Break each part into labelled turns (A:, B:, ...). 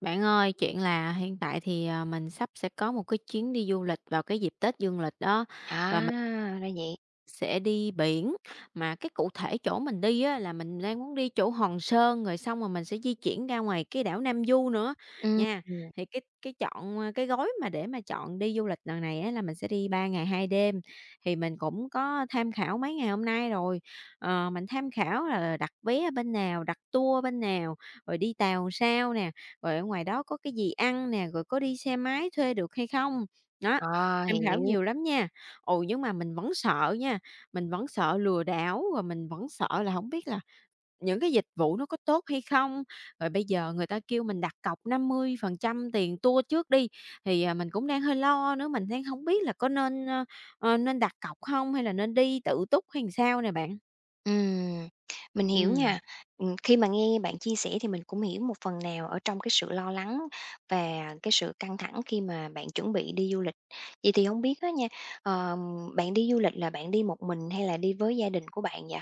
A: Bạn ơi, chuyện là hiện tại thì, mình sắp sẽ có một cái chuyến đi du lịch vào cái dịp Tết dương lịch đó, và mình
B: À, ra vậy.
A: sẽ đi biển, mà cái cụ thể chỗ mình đi á là mình đang muốn đi chỗ Hòn Sơn, rồi xong rồi mình sẽ di chuyển ra ngoài cái đảo Nam Du nữa
B: Ừm,
A: nha. Thì cái chọn, cái gói mà để mà chọn đi du lịch lần này á là mình sẽ đi 3 ngày 2 đêm, thì mình cũng có tham khảo mấy ngày hôm nay rồi. Mình tham khảo là đặt vé bên nào, đặt tour bên nào, rồi đi tàu sao nè, rồi ở ngoài đó có cái gì ăn nè, rồi có đi xe máy thuê được hay không? Đó,
B: à,
A: tham khảo
B: hiểu.
A: nhiều lắm nha. Ồ, nhưng mà mình vẫn sợ nha, mình vẫn sợ lừa đảo, rồi mình vẫn sợ là không biết là những cái dịch vụ nó có tốt hay không. Rồi bây giờ người ta kêu mình đặt cọc 50% tiền tour trước đi, thì, mình cũng đang hơi lo nữa, mình đang không biết là có nên, nên đặt cọc không hay là nên đi tự túc hay sao nè bạn?
B: Ừm, mình hiểu
A: Ừ.
B: nha. Khi mà nghe bạn chia sẻ thì mình cũng hiểu một phần nào ở trong cái sự lo lắng và cái sự căng thẳng khi mà bạn chuẩn bị đi du lịch. Vậy thì không biết á nha, ờm, bạn đi du lịch là bạn đi một mình hay là đi với gia đình của bạn vậy?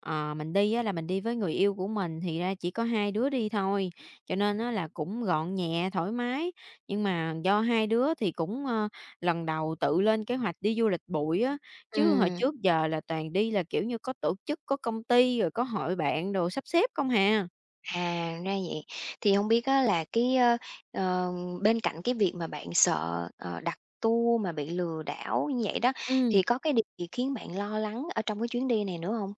A: Ờ, mình đi á là mình đi với người yêu của mình, thì ra chỉ có hai đứa đi thôi, cho nên á là cũng gọn nhẹ, thoải mái. Nhưng mà do hai đứa thì cũng, lần đầu tự lên kế hoạch đi du lịch bụi á, chứ hồi
B: Ừm.
A: trước giờ là toàn đi là, kiểu như, có tổ chức, có công ty rồi có hội bạn đồ sắp xếp không hà.
B: À, ra vậy. Thì không biết á là cái, ờ, bên cạnh cái việc mà bạn sợ, đặt tour mà bị lừa đảo như vậy đó,
A: Ừ.
B: thì có cái điều gì khiến bạn lo lắng ở trong cái chuyến đi này nữa không?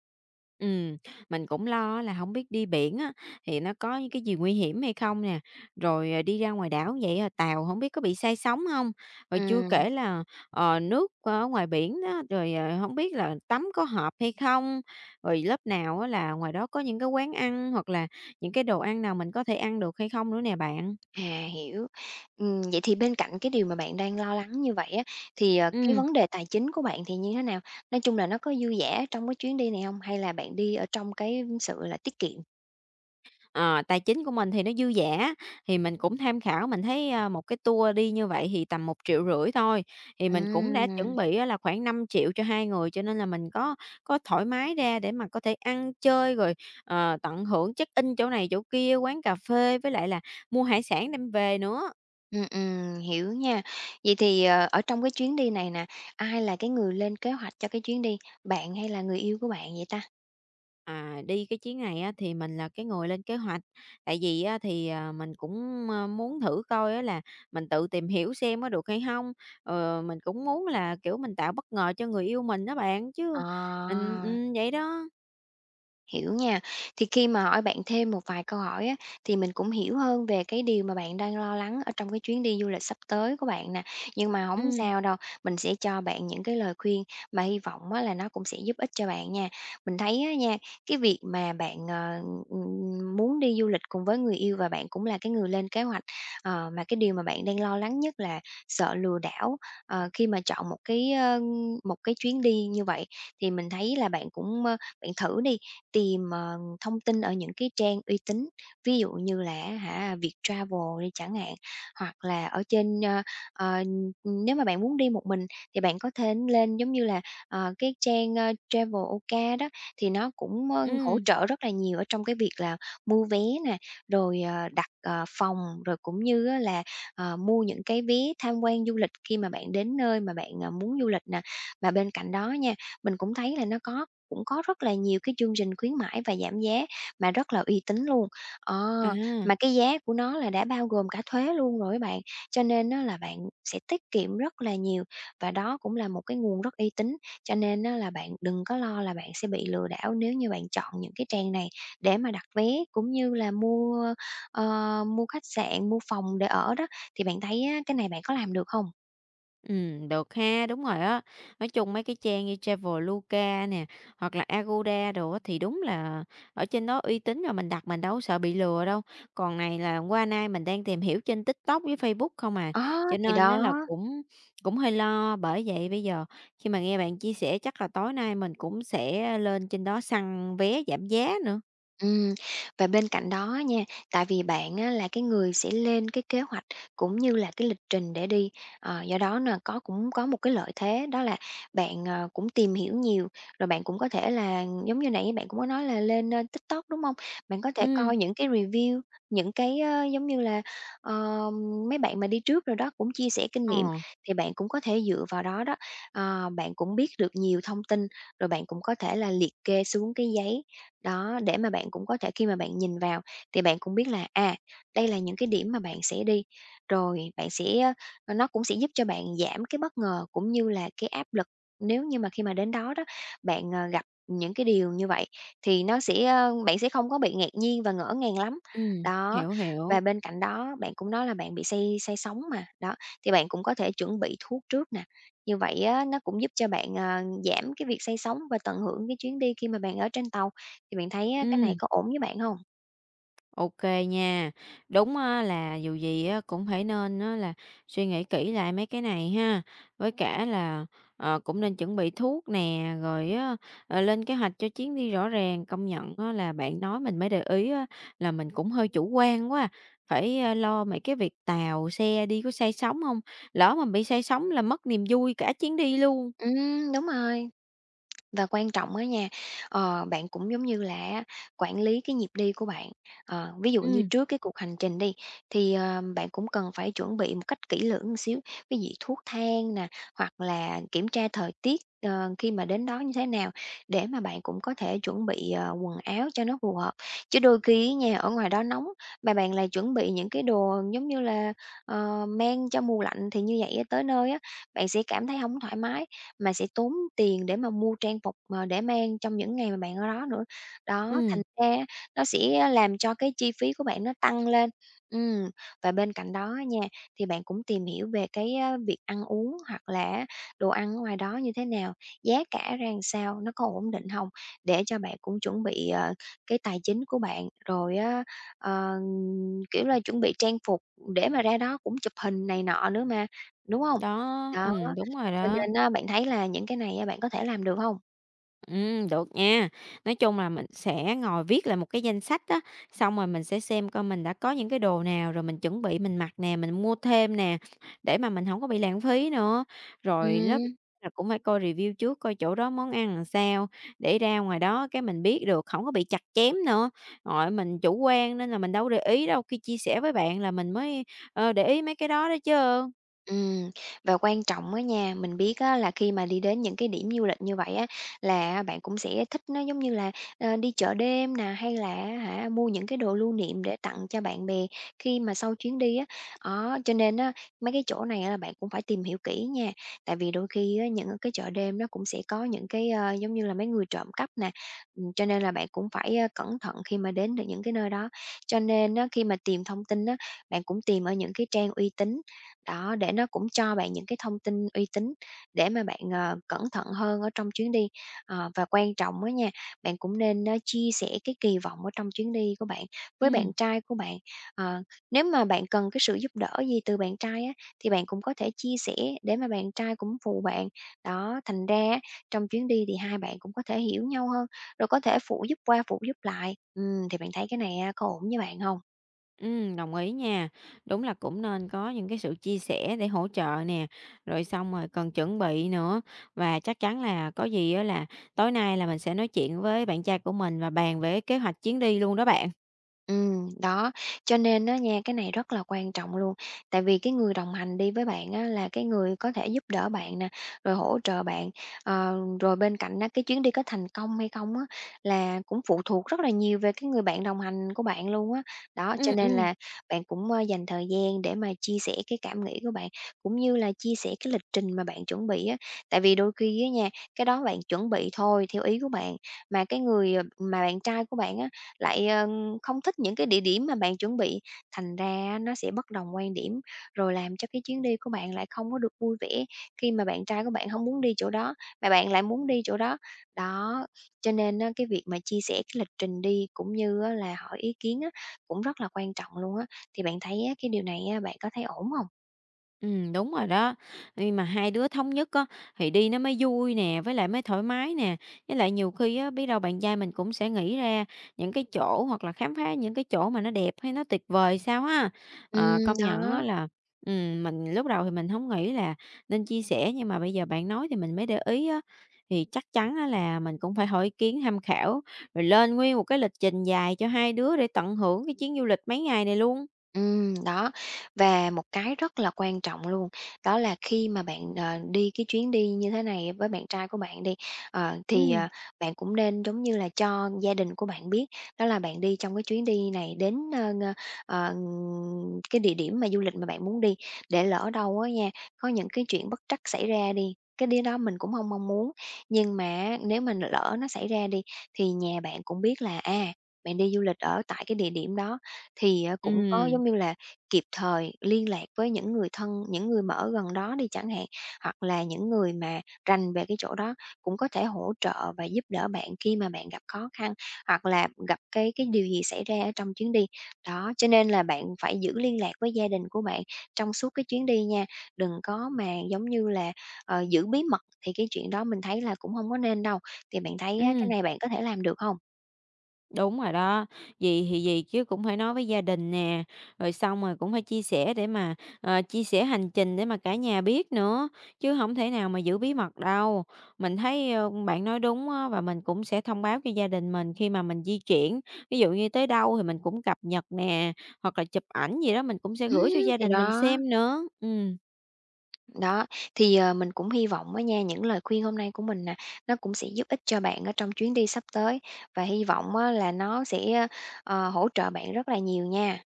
A: Ừm, mình cũng lo là không biết đi biển á, thì nó có những cái gì nguy hiểm hay không nè, rồi, đi ra ngoài đảo vậy á, tàu không biết có bị say sóng không. Rồi chưa
B: Ừm.
A: kể là, nước ở ngoài biển đó, rồi, hổng biết là tắm có hợp hay không? Rồi lớp nào á là ngoài đó có những cái quán ăn, hoặc là những cái đồ ăn nào mình có thể ăn được hay không nữa nè bạn?
B: À, hiểu. Vậy thì bên cạnh cái điều mà bạn đang lo lắng như vậy á, thì, cái
A: Ừm.
B: vấn đề tài chính của bạn thì như thế nào? Nói chung là nó có dư dả trong cái chuyến đi này không? Hay là bạn đi ở trong cái sự là tiết kiệm?
A: Ờ, tài chính của mình thì nó dư dả, thì mình cũng tham khảo mình thấy, một cái tour đi như vậy thì tầm 1,5 triệu thôi, thì mình cũng đã
B: Ừm.
A: chuẩn bị á là khoảng 5 triệu cho 2 người, cho nên là mình có thoải mái ra để mà có thể ăn chơi rồi, tận hưởng check-in chỗ này chỗ kia, quán cà phê với lại là mua hải sản đem về nữa.
B: Hiểu nha. Vậy thì, ở trong cái chuyến đi này nè, ai là cái người lên kế hoạch cho cái chuyến đi, bạn hay là người yêu của bạn vậy ta?
A: À, đi cái chuyến này á, thì mình là cái người lên kế hoạch, tại vì á, thì, mình cũng, muốn thử coi á là mình tự tìm hiểu xem có được hay không. Mình cũng muốn là, kiểu, mình tạo bất ngờ cho người yêu mình đó bạn,
B: Ờ.
A: chứ mình vậy đó.
B: Hiểu nha. Thì khi mà hỏi bạn thêm một vài câu hỏi á, thì mình cũng hiểu hơn về cái điều mà bạn đang lo lắng ở trong cái chuyến đi du lịch sắp tới của bạn nè. Nhưng mà không
A: Ừm,
B: sao đâu, mình sẽ cho bạn những cái lời khuyên mà hy vọng á là nó cũng sẽ giúp ích cho bạn nha. Mình thấy á nha, cái việc mà bạn, muốn đi du lịch cùng với người yêu và bạn cũng là cái người lên kế hoạch, mà cái điều mà bạn đang lo lắng nhất là sợ lừa đảo, khi mà chọn một cái chuyến đi như vậy. Thì mình thấy là bạn thử đi, tìm, thông tin ở những cái trang uy tín, ví dụ như là Viettravel đi chẳng hạn, hoặc là ở trên, ờ, nếu mà bạn muốn đi một mình thì bạn có thể lên giống như là, cái trang, Traveloka đó, thì nó cũng, hỗ
A: ừm,
B: trợ rất là nhiều ở trong cái việc là mua vé nè, rồi, đặt, phòng, rồi cũng như á là, mua những cái vé tham quan du lịch khi mà bạn đến nơi mà bạn, muốn du lịch nè. Mà bên cạnh đó nha, mình cũng thấy là nó cũng có rất là nhiều cái chương trình khuyến mãi và giảm giá mà rất là uy tín luôn. Ờ,
A: à.
B: mà cái giá của nó là đã bao gồm cả thuế luôn rồi á bạn, cho nên á là bạn sẽ tiết kiệm rất là nhiều và đó cũng là một cái nguồn rất uy tín, cho nên á là bạn đừng có lo là bạn sẽ bị lừa đảo nếu như bạn chọn những cái trang này để mà đặt vé cũng như là mua, mua khách sạn, mua phòng để ở đó. Thì bạn thấy á, cái này bạn có làm được không?
A: Được ha, đúng rồi á. Nói chung mấy cái trang như Traveloka nè, hoặc là Agoda đồ á thì đúng là ở trên đó uy tín rồi mình đặt mình đâu có sợ bị lừa đâu. Còn này là qua nay mình đang tìm hiểu trên TikTok với Facebook không à,
B: Á,
A: cho
B: thì
A: nên nó
B: đó.
A: là cũng cũng hơi lo. Bởi vậy bây giờ khi mà nghe bạn chia sẻ chắc là tối nay mình cũng sẽ lên trên đó săn vé giảm giá nữa.
B: Ừm, và bên cạnh đó á nha, tại vì bạn á là cái người sẽ lên cái kế hoạch cũng như là cái lịch trình để đi, do đó là cũng có một cái lợi thế đó là bạn, cũng tìm hiểu nhiều, rồi bạn cũng có thể là giống như nãy bạn cũng có nói là lên, TikTok, đúng không? Bạn có thể
A: Ừm,
B: coi những cái review, những cái, giống như là, ờ, mấy bạn mà đi trước rồi đó cũng chia sẻ kinh nghiệm,
A: ờ,
B: thì bạn cũng có thể dựa vào đó đó, bạn cũng biết được nhiều thông tin, rồi bạn cũng có thể là liệt kê xuống cái giấy đó, để mà bạn cũng có thể khi mà bạn nhìn vào thì bạn cũng biết là, à, đây là những cái điểm mà bạn sẽ đi, rồi nó cũng sẽ giúp cho bạn giảm cái bất ngờ cũng như là cái áp lực. Nếu như mà khi mà đến đó đó, bạn, gặp những cái điều như vậy thì nó sẽ, ơ bạn sẽ không có bị ngạc nhiên và ngỡ ngàng lắm.
A: ừm,
B: Đó,
A: hiểu, hiểu.
B: và bên cạnh đó bạn cũng nói là bạn bị say say sóng mà, đó, thì bạn cũng có thể chuẩn bị thuốc trước nè. Như vậy á, nó cũng giúp cho bạn, giảm cái việc say sóng và tận hưởng cái chuyến đi khi mà bạn ở trên tàu. Thì bạn thấy á, cái này
A: Ừm.
B: có ổn với bạn không?
A: OK nha. Đúng á, là dù gì á, cũng phải nên á, là suy nghĩ kỹ lại mấy cái này ha, với cả là, cũng nên chuẩn bị thuốc nè, rồi á, lên kế hoạch cho chuyến đi rõ ràng. Công nhận á, là bạn nói mình mới để ý á, là mình cũng hơi chủ quan quá à, phải, lo mấy cái việc tàu xe đi có say sóng không? Lỡ mà bị say sóng là mất niềm vui cả chuyến đi luôn.
B: Đúng rồi. Và quan trọng á nha, bạn cũng giống như là á, quản lý cái nhịp đi của bạn. Ví dụ như
A: Ừ,
B: trước cái cuộc hành trình đi, thì, bạn cũng cần phải chuẩn bị một cách kỹ lưỡng một xíu, ví dị thuốc thang nè, hoặc là kiểm tra thời tiết, khi mà đến đó như thế nào, để mà bạn cũng có thể chuẩn bị, quần áo cho nó phù hợp. Chứ đôi khi á nha, ở ngoài đó nóng, mà bạn lại chuẩn bị những cái đồ giống như là, men cho mùa lạnh thì như vậy á, tới nơi á, bạn sẽ cảm thấy không thoải mái mà sẽ tốn tiền để mà mua trang phục mà để mang trong những ngày mà bạn ở đó nữa. Đó,
A: ừm,
B: thành ra á, nó sẽ làm cho cái chi phí của bạn nó tăng lên. Ừm, và bên cạnh đó á nha, thì bạn cũng tìm hiểu về cái, việc ăn uống hoặc là đồ ăn ở ngoài đó như thế nào, giá cả ra làm sao, nó có ổn định không? Để cho bạn cũng chuẩn bị, cái tài chính của bạn, rồi á, ờ, kiểu là, chuẩn bị trang phục để mà ra đó cũng chụp hình này nọ nữa mà, đúng không?
A: đó,
B: Đó.
A: đúng rồi
B: Cho
A: đó.
B: nên á, bạn thấy là những cái này á, bạn có thể làm được hông?
A: Được nha. Nói chung là mình sẽ ngồi viết lại một cái danh sách á, xong rồi mình sẽ xem coi mình đã có những cái đồ nào rồi mình chuẩn bị mình mặc nè, mình mua thêm nè, để mà mình không có bị lãng phí nữa. Rồi lớp
B: Ừm.
A: là cũng phải coi review trước coi chỗ đó món ăn làm sao, để ra ngoài đó cái mình biết được, không có bị chặt chém nữa. Nội mình chủ quan nên là mình đâu để ý đâu, khi chia sẻ với bạn là mình mới, để ý mấy cái đó đó chứ.
B: Ừm, và quan trọng á nha, mình biết á là khi mà đi đến những cái điểm du lịch như vậy á, là bạn cũng sẽ thích nó giống như là, đi chợ đêm nè, hay là mua những cái đồ lưu niệm để tặng cho bạn bè khi mà sau chuyến đi á. Đó, cho nên á, mấy cái chỗ này á là bạn cũng phải tìm hiểu kỹ nha, tại vì đôi khi á, những cái chợ đêm nó cũng sẽ có những cái, giống như là, mấy người trộm cắp nè, cho nên là bạn cũng phải, cẩn thận khi mà đến được những cái nơi đó. Cho nên á, khi mà tìm thông tin á, bạn cũng tìm ở những cái trang uy tín đó, để nó cũng cho bạn những cái thông tin uy tín để mà bạn, cẩn thận hơn ở trong chuyến đi. Và quan trọng á nha, bạn cũng nên á chia sẻ cái kỳ vọng ở trong chuyến đi của bạn với bạn
A: Ừm.
B: trai của bạn. Ờ, nếu mà bạn cần cái sự giúp đỡ gì từ bạn trai á, thì bạn cũng có thể chia sẻ để mà bạn trai cũng phụ bạn. Đó, thành ra á, trong chuyến đi thì hai bạn cũng có thể hiểu nhau hơn, rồi có thể phụ giúp qua phụ giúp lại. Thì bạn thấy cái này á có ổn với bạn không?
A: Đồng ý nha. Đúng là cũng nên có những cái sự chia sẻ để hỗ trợ nè, rồi xong rồi cần chuẩn bị nữa. Và chắc chắn là có gì á là tối nay là mình sẽ nói chuyện với bạn trai của mình và bàn về kế hoạch chuyến đi luôn đó bạn.
B: Ừ, đó, cho nên á nha, cái này rất là quan trọng luôn, tại vì cái người đồng hành đi với bạn á là cái người có thể giúp đỡ bạn nè, rồi hỗ trợ bạn, rồi bên cạnh đó cái chuyến đi có thành công hay không á là cũng phụ thuộc rất là nhiều về cái người bạn đồng hành của bạn luôn á. Đó, cho
A: Ừm,
B: nên
A: ừm.
B: là bạn cũng, dành thời gian để mà chia sẻ cái cảm nghĩ của bạn, cũng như là chia sẻ cái lịch trình mà bạn chuẩn bị á, tại vì đôi khi á nha, cái đó bạn chuẩn bị thôi theo ý của bạn, mà cái người, mà bạn trai của bạn á lại, không thích những cái địa điểm mà bạn chuẩn bị, thành ra á nó sẽ bất đồng quan điểm, rồi làm cho cái chuyến đi của bạn lại không có được vui vẻ khi mà bạn trai của bạn không muốn đi chỗ đó, mà bạn lại muốn đi chỗ đó. Đó, cho nên á cái việc mà chia sẻ cái lịch trình đi cũng như á là hỏi ý kiến á cũng rất là quan trọng luôn á, thì bạn thấy á cái điều này á bạn có thấy ổn không?
A: Đúng rồi đó. Nhưng mà hai đứa thống nhất á, thì đi nó mới vui nè, với lại mới thoải mái nè. Với lại nhiều khi á, biết đâu bạn trai mình cũng sẽ nghĩ ra những cái chỗ hoặc là khám phá những cái chỗ mà nó đẹp hay nó tuyệt vời sao ha.
B: Ừ,
A: Công nhận á
B: đó.
A: là, mình lúc đầu thì mình không nghĩ là nên chia sẻ, nhưng mà bây giờ bạn nói thì mình mới để ý á. Thì chắc chắn á là mình cũng phải hỏi ý kiến tham khảo, rồi lên nguyên một cái lịch trình dài cho hai đứa để tận hưởng cái chuyến du lịch mấy ngày này luôn.
B: Đó. Và một cái rất là quan trọng luôn, đó là khi mà bạn, đi cái chuyến đi như thế này với bạn trai của bạn đi, thì,
A: Ừm,
B: bạn cũng nên giống như là cho gia đình của bạn biết, đó là bạn đi trong cái chuyến đi này đến, ơ, ơ, ờ, ng- cái địa điểm mà du lịch mà bạn muốn đi, để lỡ đâu á nha, có những cái chuyện bất trắc xảy ra đi, cái điều đó mình cũng không mong muốn. Nhưng mà nếu mà lỡ nó xảy ra đi, thì nhà bạn cũng biết là, à, bạn đi du lịch ở tại cái địa điểm đó, thì, cũng có,
A: ừm,
B: giống như là, kịp thời liên lạc với những người thân, những người mà ở gần đó đi chẳng hạn, hoặc là những người mà rành về cái chỗ đó cũng có thể hỗ trợ và giúp đỡ bạn khi mà bạn gặp khó khăn, hoặc là gặp cái điều gì xảy ra ở trong chuyến đi. Đó, cho nên là bạn phải giữ liên lạc với gia đình của bạn trong suốt cái chuyến đi nha, đừng có mà, giống như là, giữ bí mật thì cái chuyện đó mình thấy là cũng không có nên đâu. Thì bạn thấy á, cái
A: ừm.
B: này bạn có thể làm được không?
A: Đúng rồi đó, gì thì gì chứ cũng phải nói với gia đình nè, rồi xong rồi cũng phải chia sẻ để mà, chia sẻ hành trình để mà cả nhà biết nữa, chứ không thể nào mà giữ bí mật đâu. Mình thấy, bạn nói đúng á, và mình cũng sẽ thông báo cho gia đình mình khi mà mình di chuyển, ví dụ như tới đâu thì mình cũng cập nhật nè, hoặc là chụp ảnh gì đó mình cũng sẽ gửi cho
B: Ừm,
A: gia
B: thì
A: đình mình
B: đó.
A: xem nữa. Ừm.
B: Đó, thì, mình cũng hy vọng á nha, những lời khuyên hôm nay của mình nè, nó cũng sẽ giúp ích cho bạn ở trong chuyến đi sắp tới và hy vọng á là nó sẽ, hỗ trợ bạn rất là nhiều nha.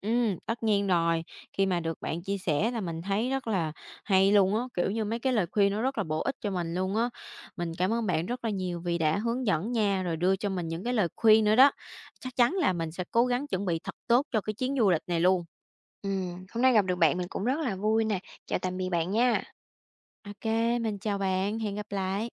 A: Tất nhiên rồi. Khi mà được bạn chia sẻ là mình thấy rất là hay luôn á, kiểu như, mấy cái lời khuyên nó rất là bổ ích cho mình luôn á. Mình cảm ơn bạn rất là nhiều vì đã hướng dẫn nha, rồi đưa cho mình những cái lời khuyên nữa đó. Chắc chắn là mình sẽ cố gắng chuẩn bị thật tốt cho cái chuyến du lịch này luôn.
B: Hôm nay gặp được bạn mình cũng rất là vui nè. Chào tạm biệt bạn nha.
A: OK, mình chào bạn, hẹn gặp lại.